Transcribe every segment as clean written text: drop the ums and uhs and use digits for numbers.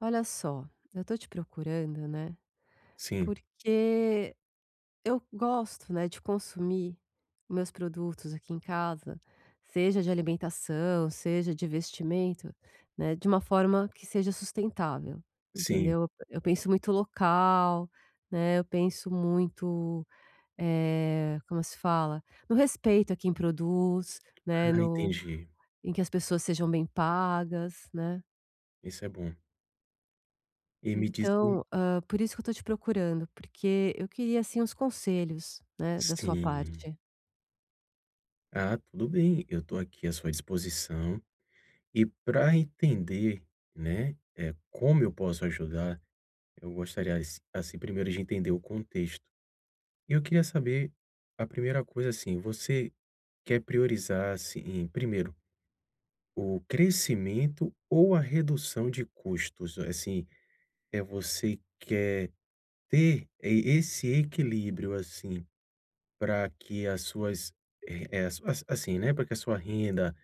Olha só, eu tô te procurando, né, Sim, porque eu gosto, né, de consumir meus produtos aqui em casa, seja de alimentação, seja de vestimento, né, de uma forma que seja sustentável, sim. entendeu? Eu penso muito local, né, eu penso muito, como se fala? No respeito a quem produz, né, Ah, no entendi. em que as pessoas sejam bem pagas, né. Isso é bom. E me diz um Então, por isso que eu tô te procurando, porque eu queria, assim, uns conselhos, né, da sua sim. parte. Ah, tudo bem, eu estou aqui à sua disposição. E para entender, né, é como eu posso ajudar, eu gostaria assim, primeiro de entender o contexto. E eu queria saber, a primeira coisa, assim, você quer priorizar, assim, primeiro, o crescimento ou a redução de custos? Assim, é você quer ter e esse equilíbrio, assim, para que as suas as as assim, né, para que a sua renda,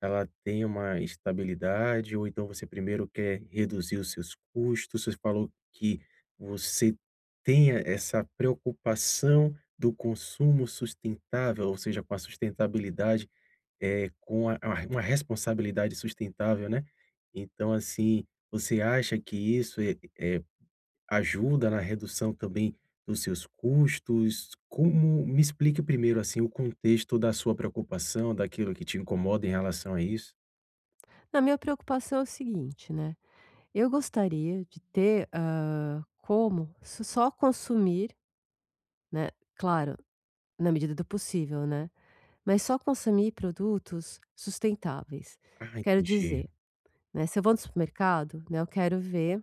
ela tenha uma estabilidade ou então você primeiro quer reduzir os seus custos. Você falou que você tenha essa preocupação do consumo sustentável, ou seja, com a sustentabilidade, é com a uma responsabilidade sustentável, né. Então, assim, você acha que isso é ajuda na redução também dos seus custos? Como me explique primeiro, assim, o contexto da sua preocupação, daquilo que te incomoda em relação a isso. Na minha preocupação é o seguinte, né, eu gostaria de ter, como só consumir, né, claro, na medida do possível, né, mas só consumir produtos sustentáveis. Ah, Quero entendi. dizer, né, se eu vou no supermercado, né, eu quero ver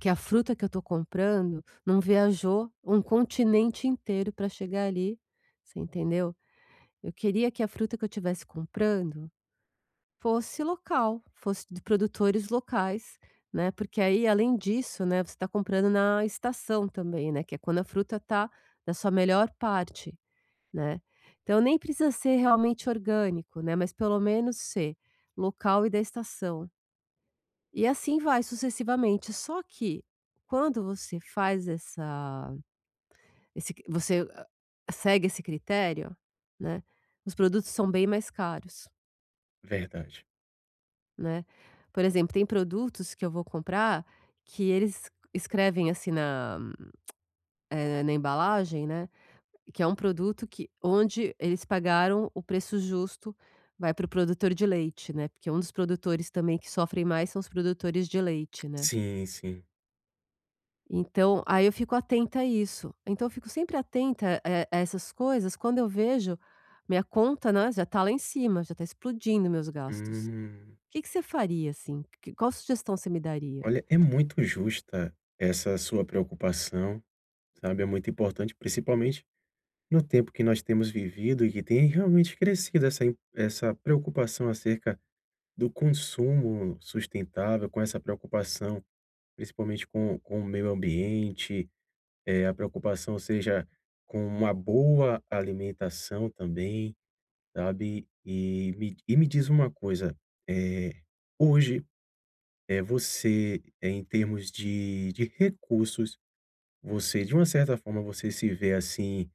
que a fruta que eu tô comprando não viajou um continente inteiro para chegar ali, você entendeu? Eu queria que a fruta que eu estivesse comprando fosse local, fosse de produtores locais, né, porque aí além disso, né, você está comprando na estação também, né, que é quando a fruta está na sua melhor parte, né. Então nem precisa ser realmente orgânico, né, mas pelo menos ser local e da estação. E assim vai sucessivamente, só que quando você faz essa esse você ah, segue esse critério, né, os produtos são bem mais caros. Verdade. Né. Por exemplo, tem produtos que eu vou comprar que eles escrevem assim na, na embalagem, né, que é um produto que onde eles pagaram o preço justo, vai para o produtor de leite, né, porque um dos produtores também que sofrem mais são os produtores de leite, né. Sim, sim. Então, aí eu fico atenta a isso. Então eu fico sempre atenta a a essas coisas, quando eu vejo, minha conta, né, já tá lá em cima, já tá explodindo meus gastos. Hum. O que que você faria, assim? Que qual sugestão você me daria? Olha, é muito justa essa sua preocupação, sabe? É muito importante, principalmente no tempo que nós temos vivido e que tem realmente crescido essa, essa preocupação acerca do consumo sustentável, com essa preocupação principalmente com o meio ambiente, a preocupação seja com uma boa alimentação também, sabe. E me diz uma coisa, eh, hoje, é você, em termos de recursos, você de uma certa forma, você se vê, assim,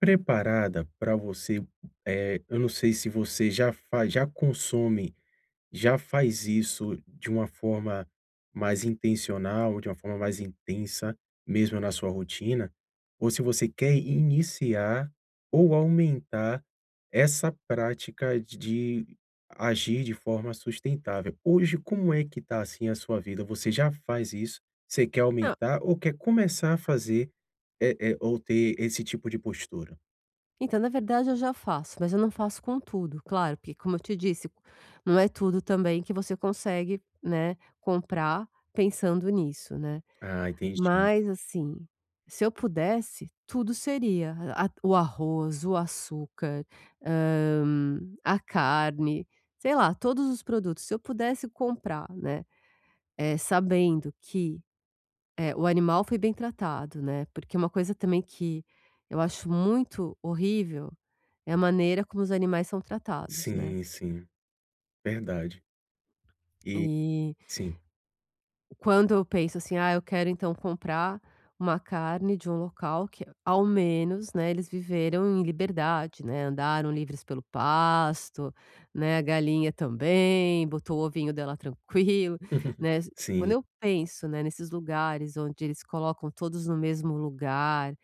preparada para você, eu não sei se você já faz já consome, já faz isso de uma forma mais intencional, de uma forma mais intensa, mesmo na sua rotina, ou se você quer iniciar ou aumentar essa prática de agir de forma sustentável. Hoje, como é que está assim, a sua vida? Você já faz isso? Você quer aumentar ou quer começar a fazer, ou ter esse tipo de postura? Então, na verdade, eu já faço, mas eu não faço com tudo, claro, porque como eu te disse, não é tudo também que você consegue, né, comprar pensando nisso, né. Ah, entendi. Mas, assim, se eu pudesse, tudo seria, o arroz, o açúcar, a carne, sei lá, todos os produtos, se eu pudesse comprar, né, sabendo que, o animal foi bem tratado, né, porque é uma coisa também que eu acho muito horrível é a maneira como os animais são tratados, né. Sim, sim, verdade. E E sim. quando eu penso assim: "Ah, eu quero então comprar uma carne de um local que ao menos, né, eles viveram em liberdade, né, andaram livres pelo pasto, né, a galinha também, botou o ovinho dela tranquilo", né. Sim. Quando eu penso, né, nesses lugares onde eles colocam todos no mesmo lugar,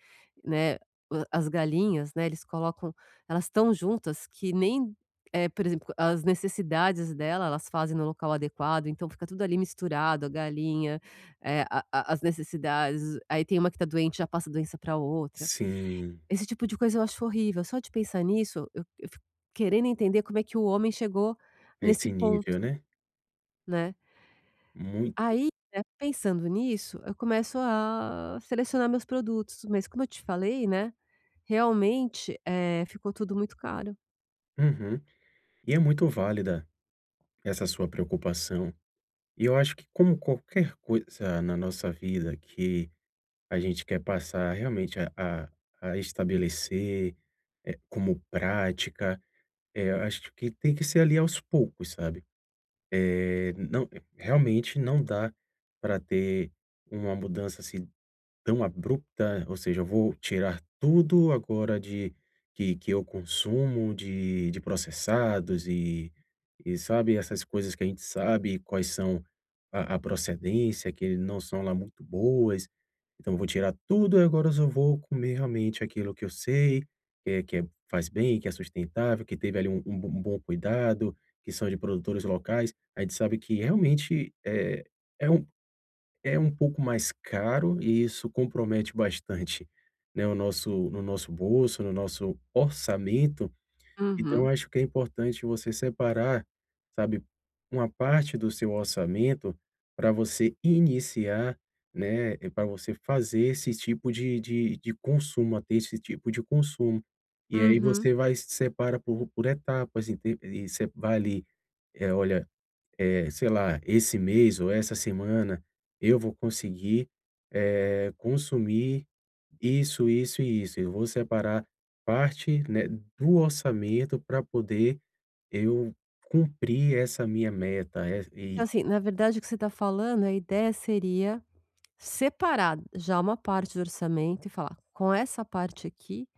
né, o as galinhas, né, eles colocam elas tão juntas que nem É, por exemplo, as necessidades dela, elas fazem no local adequado, então fica tudo ali misturado, a galinha, a as necessidades, aí tem uma que tá doente, já passa a doença pra outra. Sim, Esse tipo de coisa eu acho horrível, só de pensar nisso, eu fico querendo entender como é que o homem chegou a nesse esse ponto, nível, né. né. Mui Aí, né, pensando nisso, eu começo a selecionar meus produtos, mas como eu te falei, né, realmente, ficou tudo muito caro. uhum. E é muito válida essa sua preocupação. E eu acho que como qualquer coisa na nossa vida que a gente quer passar realmente a a estabelecer, como prática, é, eu acho que tem que ser ali aos poucos, sabe. é não realmente não dá para ter uma mudança, assim tão abrupta, ou seja, eu vou tirar tudo agora de que eu consumo de processados e sabe, essas coisas que a gente sabe quais são a procedência, que não são lá muito boas. Então eu vou tirar tudo e agora eu só vou comer realmente aquilo que eu sei, que é faz bem, que é sustentável, que teve ali um bo um bom cuidado, que são de produtores locais. A gente sabe que realmente é é um pouco mais caro e isso compromete bastante, né, o nosso no nosso bolso, no nosso orçamento, então eu Uhum, acho que é importante você separar, sabe, uma parte do seu orçamento para você iniciar, né, para você fazer esse tipo de consumo, a ter esse tipo de consumo. E aí uhum. você vai separa por etapas, ente e você vai ali, é olha, sei lá, esse mês ou essa semana eu vou conseguir, consumir isso, isso e isso. Eu vou separar parte, né, do orçamento para poder eu cumprir essa minha meta, Então, e assim, na verdade, o que você está falando, a ideia seria separar já uma parte do orçamento e falar: com essa parte aqui,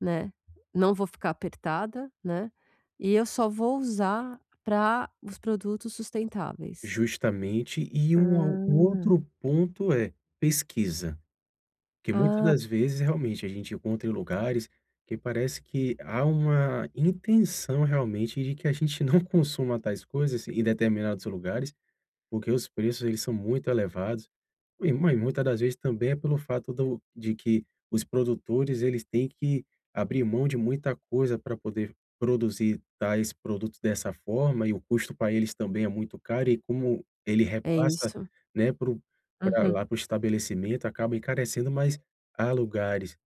né, não vou ficar apertada, né, e eu só vou usar para os produtos sustentáveis. justamente o Ah, outro ponto é pesquisa. Porque muitas ah, das vezes, realmente, a gente encontra em lugares que parece que há uma intenção, realmente, de que a gente não consuma tais coisas em determinados lugares, porque os preços eles são muito elevados, e muita das vezes também é pelo fato do de que os produtores eles têm que abrir mão de muita coisa para poder produzir tais produtos dessa forma e o custo para eles também é muito caro e como ele é repassa, isso. né, para pra Uhum, lá para o estabelecimento acaba encarecendo, mas há lugares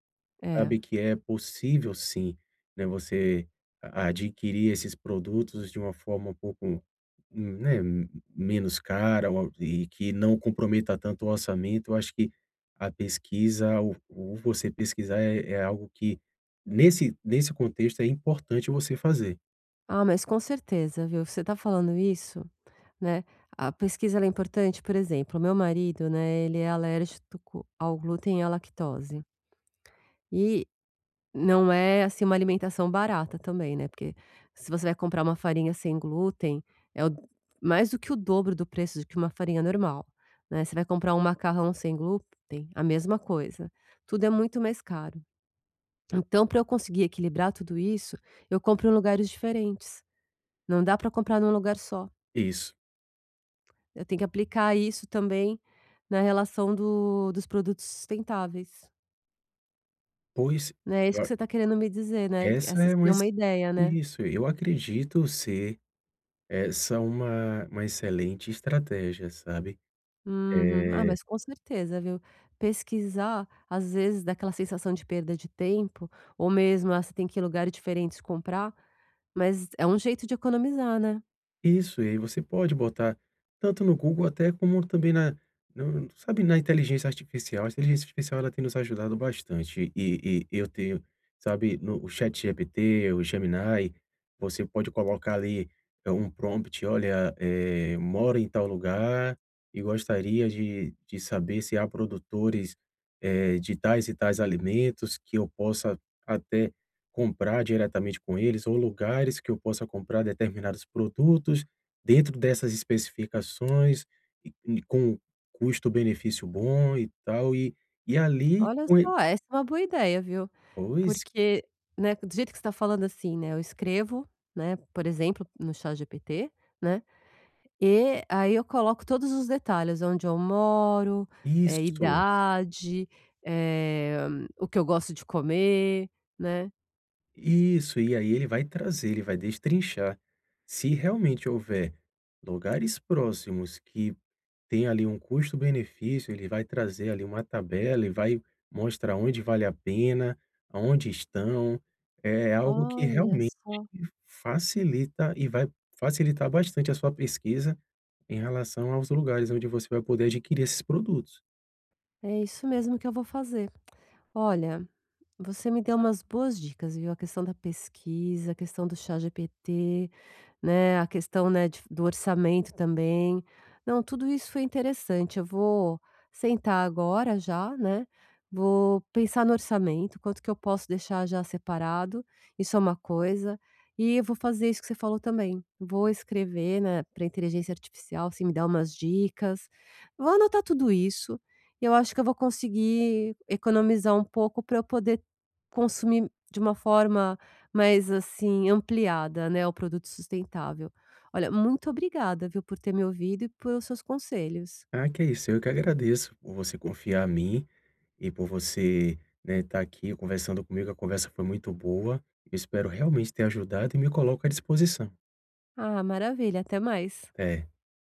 é. sabe que é possível sim, né, você a adquirir esses produtos de uma forma um pouco, né, menos cara ou e que não comprometa tanto o orçamento. Eu acho que a pesquisa, o você pesquisar é algo que nesse contexto é importante você fazer. Ah, mas com certeza, viu? Você está falando isso, né? A pesquisa ela é importante, por exemplo, meu marido, né, ele é alérgico ao glúten e à lactose. E não é, assim, uma alimentação barata também, né, porque se você vai comprar uma farinha sem glúten, é o mais do que o dobro do preço de que uma farinha normal, né. Você vai comprar um macarrão sem glúten, a mesma coisa. Tudo é muito mais caro. Então, para eu conseguir equilibrar tudo isso, eu compro em lugares diferentes. Não dá para comprar num lugar só. Isso. Eu tenho que aplicar isso também na relação do dos produtos sustentáveis, Pois né. É eu isso a que você está querendo me dizer, né, essa essa é uma seria ex uma ideia, né? isso, eu acredito ser essa uma excelente estratégia, sabe? Uhum. Ah, Eh mas com certeza, viu. Pesquisar, às vezes, dá aquela sensação de perda de tempo, ou mesmo, ah, você tem que ir em lugares diferentes comprar, mas é um jeito de economizar, né. Isso, e aí você pode botar tanto no Google até como também na no sabe, na inteligência artificial. A inteligência artificial ela tem nos ajudado bastante e eu tenho, sabe, no o ChatGPT, o Gemini, você pode colocar ali, um prompt: "Olha, eh, moro em tal lugar e gostaria de saber se há produtores, eh, de tais e tais alimentos que eu possa até" comprar diretamente com eles ou lugares que eu possa comprar determinados produtos dentro dessas especificações e com custo-benefício bom e tal, e ali Olha com e só, essa é uma boa ideia, viu. pois, Porque, né, do jeito que você tá falando, assim, né, eu escrevo, né, por exemplo, no ChatGPT, né, e aí eu coloco todos os detalhes, onde eu moro, isso. idade, eh, o que eu gosto de comer, né. Isso, e aí ele vai trazer, ele vai destrinchar. Se realmente houver lugares próximos que tem ali um custo-benefício, ele vai trazer ali uma tabela e vai mostrar onde vale a pena, aonde estão. É algo que Olha realmente só, facilita e vai facilitar bastante a sua pesquisa em relação aos lugares onde você vai poder adquirir esses produtos. é isso mesmo que eu vou fazer. Olha, você me deu umas boas dicas, viu? A questão da pesquisa, a questão do ChatGPT, né, a questão, né, de do orçamento também. Não, tudo isso foi interessante. Eu vou sentar agora já, né, vou pensar no orçamento, quanto que eu posso deixar já separado, isso é uma coisa, e eu vou fazer isso que você falou também. Vou escrever, né, para inteligência artificial, assim, me dar umas dicas. Vou anotar tudo isso, e eu acho que eu vou conseguir economizar um pouco para eu poder consumir de uma forma mas assim, ampliada, né, ao produto sustentável. Olha, muito obrigada, viu, por ter me ouvido e pelos seus conselhos. Ah, que é isso. Eu que agradeço por você confiar em mim e por você, né, estar aqui conversando comigo. A conversa foi muito boa. Eu espero realmente ter ajudado e me coloco à disposição. Ah, maravilha, até mais. Até.